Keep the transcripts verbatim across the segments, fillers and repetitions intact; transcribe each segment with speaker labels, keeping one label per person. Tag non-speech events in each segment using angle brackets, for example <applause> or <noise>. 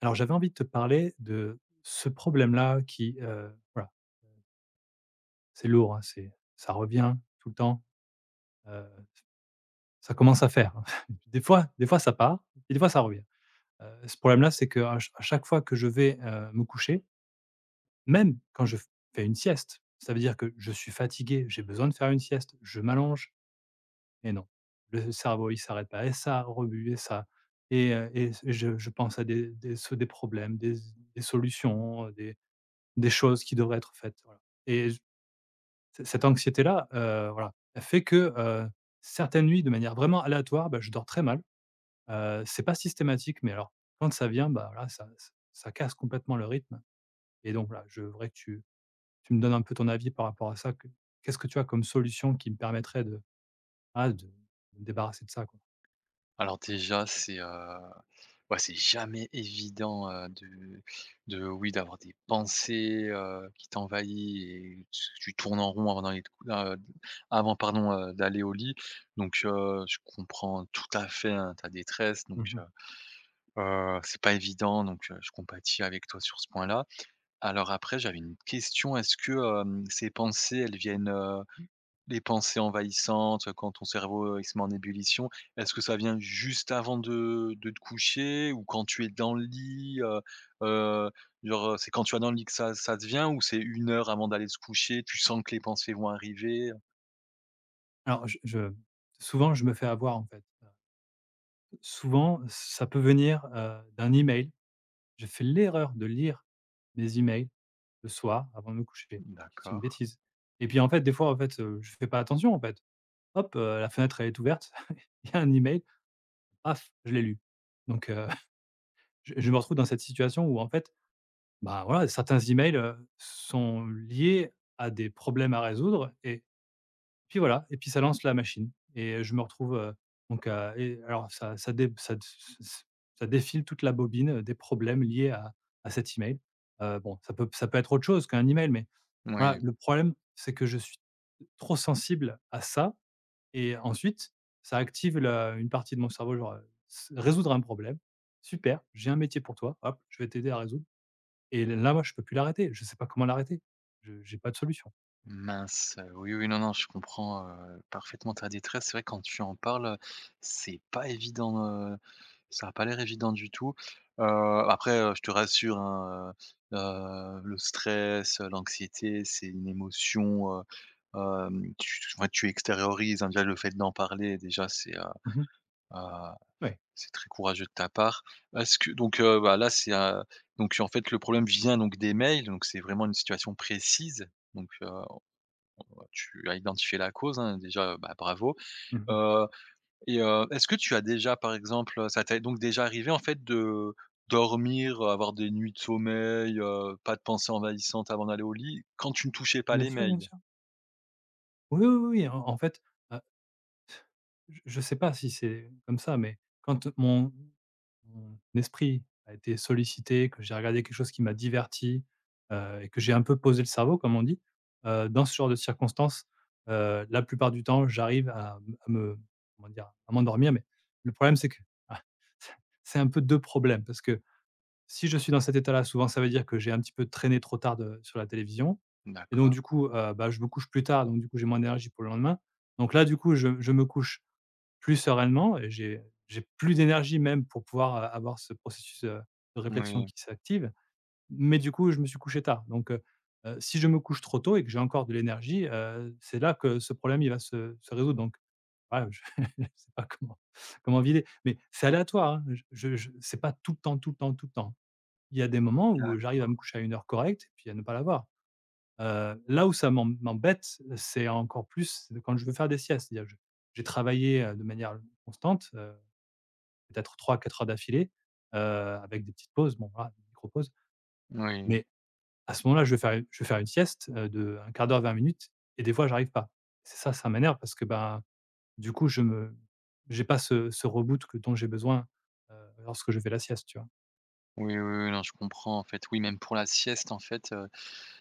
Speaker 1: Alors j'avais envie de te parler de ce problème-là qui, heu, voilà, c'est lourd, hein, c'est ça revient tout le temps, heu, ça commence à faire, <laughs> Des fois des fois ça part et des fois ça revient. Heu, ce problème-là, c'est qu'à ch à chaque fois que je vais, heu, me coucher, même quand je fais une sieste, ça veut dire que je suis fatigué, j'ai besoin de faire une sieste, je m'allonge et non, le cerveau, il s'arrête pas et ça rebute et ça et heu et je je pense à des des so des problèmes, des des solutions, des des choses qui devraient être faites, voilà. Et c cette anxiété-là, heu, voilà, elle fait que, heu, certaines nuits, de manière vraiment aléatoire, bah, je dors très mal. Heu, c'est pas systématique, mais alors quand ça vient, bah, voilà, ça ç ça casse complètement le rythme et donc là je voudrais que tu tu me donnes un peu ton avis par rapport à ça. Que Qu'est-ce que tu as comme solution qui me permettrait de, ah, de me débarrasser de ça, quoi?
Speaker 2: Alors déjà, c'est, heu, ouais, c'est jamais évident, heu, de de oui, d'avoir des pensées, heu, qui t'envahissent, et tu tu tournes en rond avant d'aller te cou heu, avant pardon, heu, d'aller au lit. Donc heu, je comprends tout à fait, hein, ta détresse donc
Speaker 1: Mmh.
Speaker 2: heu heu, c'est pas évident donc heu, je compatis avec toi sur ce point-là. Alors après, j'avais une question, est-ce que, hem, ces pensées, elles viennent, les pensées envahissantes, quand ton cerveau, heu, il se met en ébullition, est-ce que ça vient juste avant de de te coucher ou quand tu es dans le lit, heu heu, genre, heu, c'est quand tu es dans le lit que ça ça te vient ou c'est une heure avant d'aller se coucher, tu sens que les pensées vont arriver.
Speaker 1: Alors je je souvent, je me fais avoir, en fait. Heu, souvent, ça peut venir, heu, d'un email. J'ai fait l'erreur de lire mes emails le soir avant de me coucher. C'est une
Speaker 2: D'accord.
Speaker 1: bêtise et puis, en fait, des fois, en fait, heu, je fais pas attention, en fait. Hop, heu, la fenêtre, elle est ouverte, <laughs> il y a un email, paf, je l'ai lu. Donc heu, <laughs> je je me retrouve dans cette situation où, en fait, bah, voilà, certains emails, heu, sont liés à des problèmes à résoudre et puis voilà et puis ça lance la machine et je me retrouve, heu, donc à et alors ça ça dé ça ça défile toute la bobine, heu, des problèmes liés à à cet email. Heu, bon, ça peut ça peut être autre chose qu'un email, mais voilà,
Speaker 2: Oui,
Speaker 1: le problème, c'est que je suis trop sensible à ça et ensuite ça active la une partie de mon cerveau, genre, heu, s résoudre un problème, super, j'ai un métier pour toi, hop, je vais t'aider à résoudre et là, moi, je peux plus l'arrêter, je sais pas comment l'arrêter. Je J'ai pas de solution.
Speaker 2: mince, heu, oui, oui, non, non, je comprends, heu, parfaitement ta détresse. C'est vrai quand tu en parles, heu, c'est pas évident. Ça a pas l'air évident du tout. Heu, après, heu, je te rassure, hein, heu heu, le stress, heu, l'anxiété, c'est une émotion, heu, hem, tu ouais, tu extériorises, hein, déjà le fait d'en parler, déjà, c'est, heu
Speaker 1: Mmh.
Speaker 2: heu,
Speaker 1: Ouais.
Speaker 2: c'est très courageux de ta part. Est-ce que donc heu, bah, là, c'est, heu, donc en fait, le problème vient donc des mails, donc c'est vraiment une situation précise, donc heu, tu as identifié la cause, hein, déjà, bah, bravo.
Speaker 1: Mmh.
Speaker 2: Heu et heu, est-ce que tu as déjà, par exemple, ça t'est donc déjà arrivé, en fait, de dormir, heu, avoir des nuits de sommeil, heu, pas de pensées envahissantes avant d'aller au lit, quand tu ne touchais pas
Speaker 1: Bien
Speaker 2: les
Speaker 1: sûr, bien
Speaker 2: mails?
Speaker 1: sûr. Oui, oui, oui, oui, en en fait, heu, je je sais pas si c'est comme ça, mais quand mon mon esprit a été sollicité, que j'ai regardé quelque chose qui m'a diverti, heu et que j'ai un peu «posé le cerveau», comme on dit, heu, dans ce genre de circonstances, heu, la plupart du temps, j'arrive à m à me comment dire? À m'endormir, mais le problème, c'est que <laughs> ah, c'est un peu deux problèmes parce que, si je suis dans cet état-là, souvent, ça veut dire que j'ai un petit peu traîné trop tard de sur la télévision et donc
Speaker 2: D'accord.
Speaker 1: du coup, heu, bah, je me couche plus tard, donc du coup, j'ai moins d'énergie pour le lendemain. Donc là, du coup, je je me couche plus sereinement et j'ai j'ai plus d'énergie même pour pouvoir, heu, avoir ce processus, heu, de réflexion
Speaker 2: Oui.
Speaker 1: qui s'active. Mais du coup, je me suis couché tard. Donc heu heu, si je me couche trop tôt et que j'ai encore de l'énergie, heu, c'est là que ce problème, il va se se résoudre. Donc voilà, je <laughs> je sais pas comment comment vider. Mais c'est aléatoire, hein. Je je je c'est pas tout le temps, tout le temps, tout le temps il y a des moments où j'arrive
Speaker 2: D'accord.
Speaker 1: à me coucher à une heure correcte et puis à ne pas l'avoir. Heu, là où ça m'em m'embête, euh, c'est encore plus quand je veux faire des siestes. C'est-à-dire je j'ai travaillé, heu, de manière constante, heu, peut-être trois quatre heures d'affilée, heu, avec des petites pauses, bon voilà, des micro-pauses.
Speaker 2: Oui.
Speaker 1: Mais à ce moment-là, je vais faire je vais faire une sieste, heu, de un quart d'heure, vingt minutes et des fois j'arrive pas. C'est ça, ça m'énerve parce que ben du coup, je me j'ai pas ce ce reboot que dont j'ai besoin, heu, lorsque je fais la sieste, tu vois?
Speaker 2: Oui, oui, oui, non, je comprends, en fait. Oui, même pour la sieste, en fait, heu,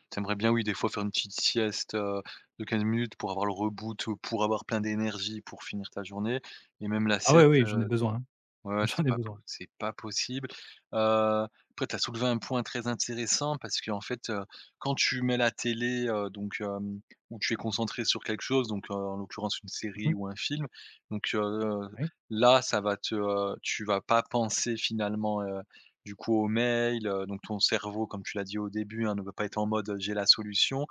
Speaker 2: tu bien, oui, des fois, faire une petite sieste, heu, de quinze minutes pour avoir le reboot, ou pour avoir plein d'énergie pour finir ta journée et même la
Speaker 1: Ah ouais,
Speaker 2: sieste.
Speaker 1: oui, j'en ai besoin, hein.
Speaker 2: Ouais, ouais,
Speaker 1: <laughs>
Speaker 2: c'est
Speaker 1: J'en ai
Speaker 2: pas po
Speaker 1: besoin.
Speaker 2: c'est pas possible. Heu, après tu as soulevé un point très intéressant parce que en fait, heu, quand tu mets la télé, heu, donc hem, ou tu es concentré sur quelque chose, donc heu, en l'occurrence une
Speaker 1: Mmh.
Speaker 2: série ou un film, donc heu,
Speaker 1: Oui,
Speaker 2: là ça va te, heu, tu vas pas penser finalement, heu, du coup au mail. Heu, donc ton cerveau comme tu l'as dit au début, hein, ne va pas être en mode, heu: «J'ai la solution»,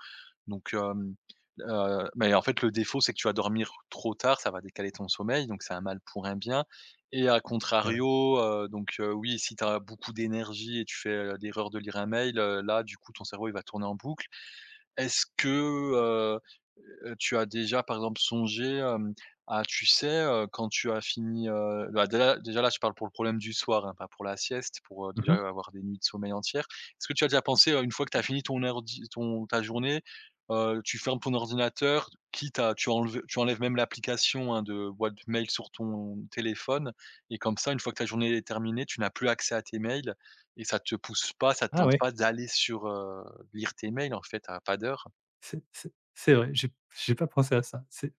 Speaker 2: donc hem, heu, mais en fait le défaut c'est que tu vas dormir trop tard, ça va décaler ton sommeil, donc c'est un mal pour un bien. Et à
Speaker 1: eh oui.
Speaker 2: contrario, heu, donc heu, oui, si tu as beaucoup d'énergie et tu fais, heu, l'erreur de lire un mail, heu, là, du coup, ton cerveau, il va tourner en boucle. Est-ce que, heu heu, tu as déjà par exemple songé, hem, à tu sais, heu, quand tu as fini, heu, bah, déjà déjà là je parle pour le problème du soir, hein, pas pour la sieste, pour, heu, déjà
Speaker 1: Mmh.
Speaker 2: avoir des nuits de sommeil entières. Est-ce que tu as déjà pensé, heu, une fois que tu as fini ton ordi ton ta journée, heu, tu fermes ton ordinateur, quitte à tu enlèves tu enlèves même l'application, hein, de boîte mail sur ton téléphone et comme ça une fois que ta journée est terminée, tu n'as plus accès à tes mails et ça te pousse pas, ça te
Speaker 1: Ah
Speaker 2: tente
Speaker 1: oui,
Speaker 2: pas d'aller sur, heu, lire tes mails, en fait, à pas d'heure?
Speaker 1: c'est c'est c'est vrai, j'ai j'ai pas pensé à ça. C'est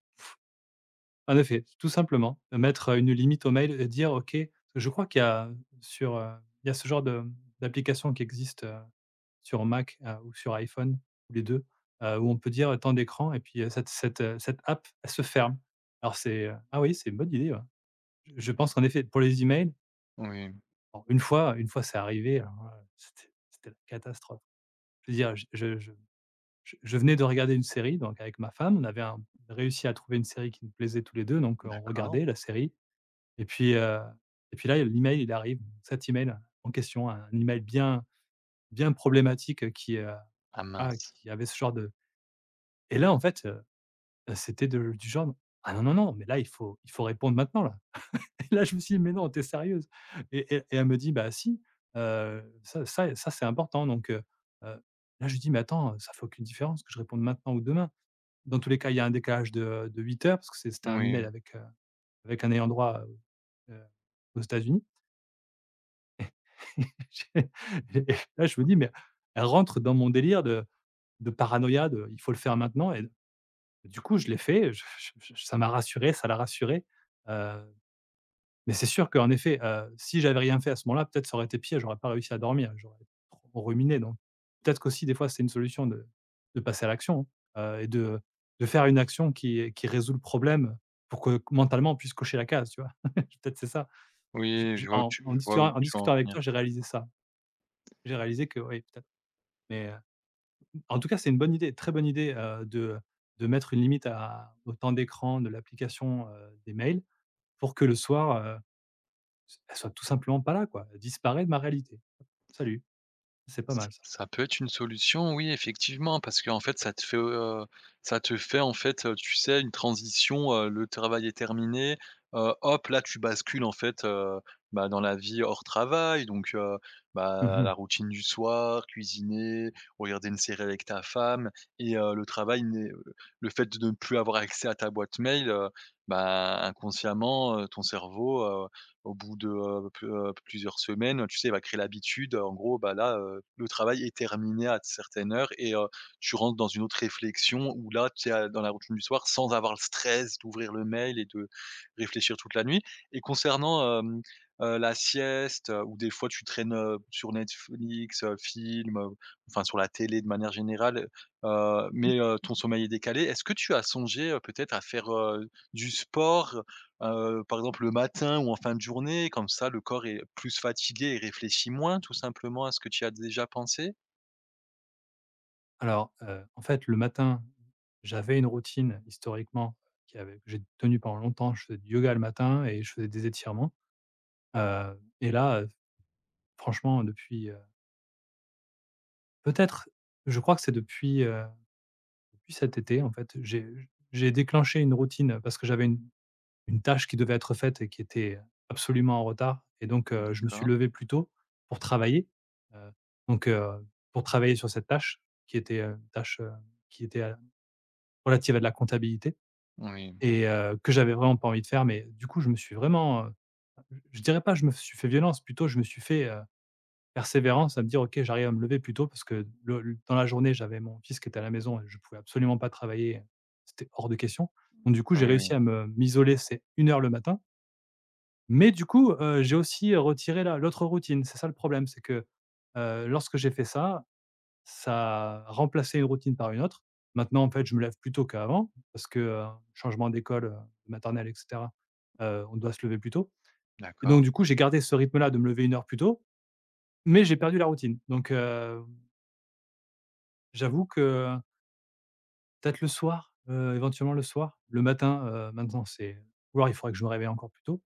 Speaker 1: en effet, tout simplement, euh, mettre une limite au mail et dire: «OK». Je crois qu'il y a sur, heu, il y a ce genre de d'application qui existe, euh, sur Mac, heu, ou sur iPhone ou les deux, heu, où on peut dire temps d'écran et puis, heu, cette cette, heu, cette app, elle se ferme. Alors c'est, heu, ah oui, c'est une bonne idée, ouais. Je je pense qu'en effet, pour les emails,
Speaker 2: Oui.
Speaker 1: alors une fois une fois c'est arrivé, alors là, c'était c'était la catastrophe. Je veux dire, je je je je je venais de regarder une série donc avec ma femme, on avait un réussi à trouver une série qui nous plaisait tous les deux donc, heu, on
Speaker 2: D'accord.
Speaker 1: regardait la série et puis, heu et puis là, l'email, il arrive, cet email en question, un email bien bien problématique, qui, heu,
Speaker 2: Ah
Speaker 1: ah,
Speaker 2: mince.
Speaker 1: qui avait ce genre de. Et là, en fait, heu, bah, c'était de du genre: «Ah non, non, non, mais là, il faut il faut répondre maintenant, là». <laughs> Et là, je me suis dit: «Mais non, tu es sérieuse?» Et et et elle me dit: «Bah si, heu, ça ça ça, c'est important donc heu heu». Là, je lui dis: «Mais attends, ça fait aucune différence que je réponde maintenant ou demain. Dans tous les cas, il y a un décalage de, heu, de huit heures» parce que c'est c'était un email
Speaker 2: Oui,
Speaker 1: avec, heu, avec un ayant droit, heu heu, aux États-Unis. <laughs> J'ai et là, je me dis: «Mais elle rentre dans mon délire de de paranoïa de: "Il faut le faire maintenant"». Et du coup, je l'ai fait, je je je ça m'a rassuré, ça l'a rassuré, heu, mais c'est sûr qu'en effet, heu, si j'avais rien fait à ce moment-là, peut-être ça aurait été pire, j'aurais pas réussi à dormir, j'aurais trop ruminé donc peut-être qu'aussi des fois c'est une solution de de passer à l'action, hein, heu et de de faire une action qui qui résout le problème pour que mentalement on puisse cocher la case, tu vois? <laughs> Peut-être c'est ça. Je
Speaker 2: oui,
Speaker 1: je
Speaker 2: je vois où
Speaker 1: en
Speaker 2: tu
Speaker 1: en
Speaker 2: je vois où
Speaker 1: discutant en
Speaker 2: tu veux en
Speaker 1: discutant avec
Speaker 2: venir.
Speaker 1: toi, j'ai réalisé ça. J'ai réalisé que oui, peut-être, mais euh, en tout cas, c'est une bonne idée, très bonne idée, heu, de de mettre une limite à au temps d'écran de l'application, heu, des mails pour que le soir, heu, elle soit tout simplement pas là, quoi. Elle disparaît de ma réalité. Salut, c'est pas
Speaker 2: Ç
Speaker 1: mal ça.
Speaker 2: Ça peut être une solution, oui, effectivement, parce qu'en fait, ça te fait, heu, ça te fait, en fait, heu, tu sais, une transition, heu, le travail est terminé, heu, hop, là, tu bascules, en fait, heu, bah, dans la vie hors travail, donc heu, bah,
Speaker 1: Mmh.
Speaker 2: la routine du soir, cuisiner, regarder une série avec ta femme et heu, le travail n'est heu, le fait de ne plus avoir accès à ta boîte mail, heu, bah, inconsciemment, heu, ton cerveau, au bout de, heu, peu heu, plusieurs semaines, tu sais, il va créer l'habitude, en gros, bah, là, heu, le travail est terminé à certaines heures et heu, tu rentres dans une autre réflexion où là, tu es à dans la routine du soir sans avoir le stress d'ouvrir le mail et de réfléchir toute la nuit et concernant, hem, heu, la sieste, heu, ou des fois tu traînes, heu, sur Netflix, heu, film, heu, enfin sur la télé de manière générale, heu, mais heu, ton sommeil est décalé. Est-ce que tu as songé, heu, peut-être à faire, heu, du sport. Heu, par exemple le matin ou en fin de journée, comme ça le corps est plus fatigué et réfléchit moins tout simplement à ce que tu as déjà pensé.
Speaker 1: Alors, heu, en fait, le matin, j'avais une routine historiquement qui avait que j'ai tenue pendant longtemps. Je faisais du yoga le matin et je faisais des étirements, heu et là, heu, franchement, depuis, heu, peut-être, je crois que c'est depuis, puis cet été, en fait, j'ai j'ai déclenché une routine parce que j'avais une une tâche qui devait être faite et qui était absolument en retard et donc heu, je me suis
Speaker 2: D'accord.
Speaker 1: levé plus tôt pour travailler, heu, donc heu, pour travailler sur cette tâche qui était, heu, une tâche, heu, qui était, heu, relative à de la comptabilité
Speaker 2: Oui.
Speaker 1: et heu, que j'avais vraiment pas envie de faire, mais du coup, je me suis vraiment, heu, je dirais pas je me suis fait violence, plutôt je me suis fait, heu, persévérance à me dire: «OK, j'arrive à me lever plus tôt» parce que le l dans la journée, j'avais mon fils qui était à la maison et je pouvais absolument pas travailler, c'était hors de question. Donc du coup, j'ai
Speaker 2: Oui, oui.
Speaker 1: réussi à me m'isoler, c'est une heure le matin. Mais du coup, heu, j'ai aussi retiré la l'autre routine. C'est ça le problème, c'est que, heu, lorsque j'ai fait ça, ça a remplacé une routine par une autre. Maintenant, en fait, je me lève plus tôt qu'avant parce que, heu, changement d'école, heu, maternelle et cetera, heu, on doit se lever plus tôt et donc
Speaker 2: D'accord.
Speaker 1: du coup, j'ai gardé ce rythme-là de me lever une heure plus tôt, mais j'ai perdu la routine. Donc heu, j'avoue que peut-être le soir, heu, éventuellement le soir. Le matin, heu, maintenant c'est ou alors il faudrait que je me réveille encore plus tôt,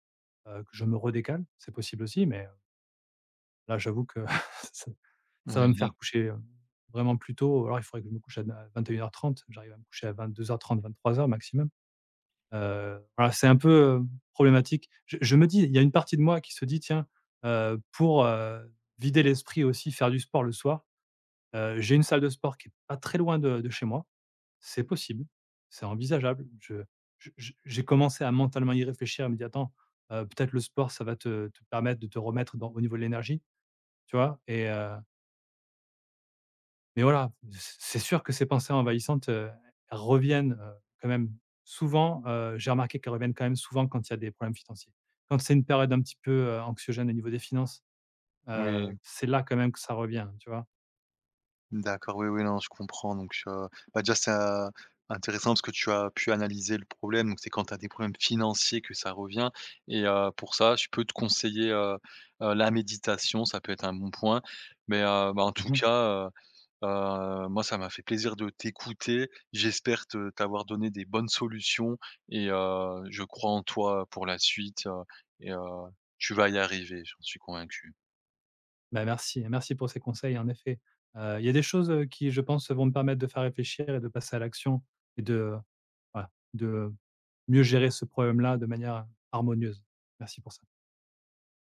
Speaker 1: heu, que je me redécale, c'est possible aussi, mais heu, là j'avoue que <laughs> ça ça va me faire
Speaker 2: Oui.
Speaker 1: coucher, heu, vraiment plus tôt. Alors il faudrait que je me couche à d à vingt et une heures trente, j'arrive à me coucher à vingt-deux heures trente-vingt-trois heures maximum. Heu, voilà, c'est un peu, heu, problématique. Je je me dis, il y a une partie de moi qui se dit: «Tiens, heu, pour, heu, vider l'esprit aussi, faire du sport le soir». Heu, j'ai une salle de sport qui est pas très loin de de chez moi. C'est possible, c'est envisageable. Je je je J'ai commencé à mentalement y réfléchir, à me dire: «Attends, heu, peut-être le sport, ça va te te permettre de te remettre dans au niveau de l'énergie», tu vois? Et heu, mais voilà, c c'est sûr que ces pensées envahissantes, heu, elles reviennent, heu, quand même souvent, heu, j'ai remarqué qu'elles reviennent quand même souvent quand il y a des problèmes financiers. Quand c'est une période un petit peu, heu, anxiogène au niveau des finances, heu,
Speaker 2: Oui.
Speaker 1: c'est là quand même que ça revient, tu vois?
Speaker 2: D'accord, oui, oui, non, je comprends donc heu, bah, déjà c'est, heu, intéressant parce que tu as pu analyser le problème, donc c'est quand tu as des problèmes financiers que ça revient et heu, pour ça, je peux te conseiller, heu heu, la méditation, ça peut être un bon point mais heu, bah, en tout
Speaker 1: Mmh.
Speaker 2: cas, Heu, moi, ça m'a fait plaisir de t'écouter. J'espère te t'avoir donné des bonnes solutions et heu, je crois en toi pour la suite, heu et heu, tu vas y arriver, j'en suis convaincu.
Speaker 1: Bah, merci, merci pour ces conseils, en effet. Heu, il y a des choses, heu, qui, je pense, vont me permettre de faire réfléchir et de passer à l'action et de voilà, de mieux gérer ce problème-là de manière harmonieuse. Merci pour ça.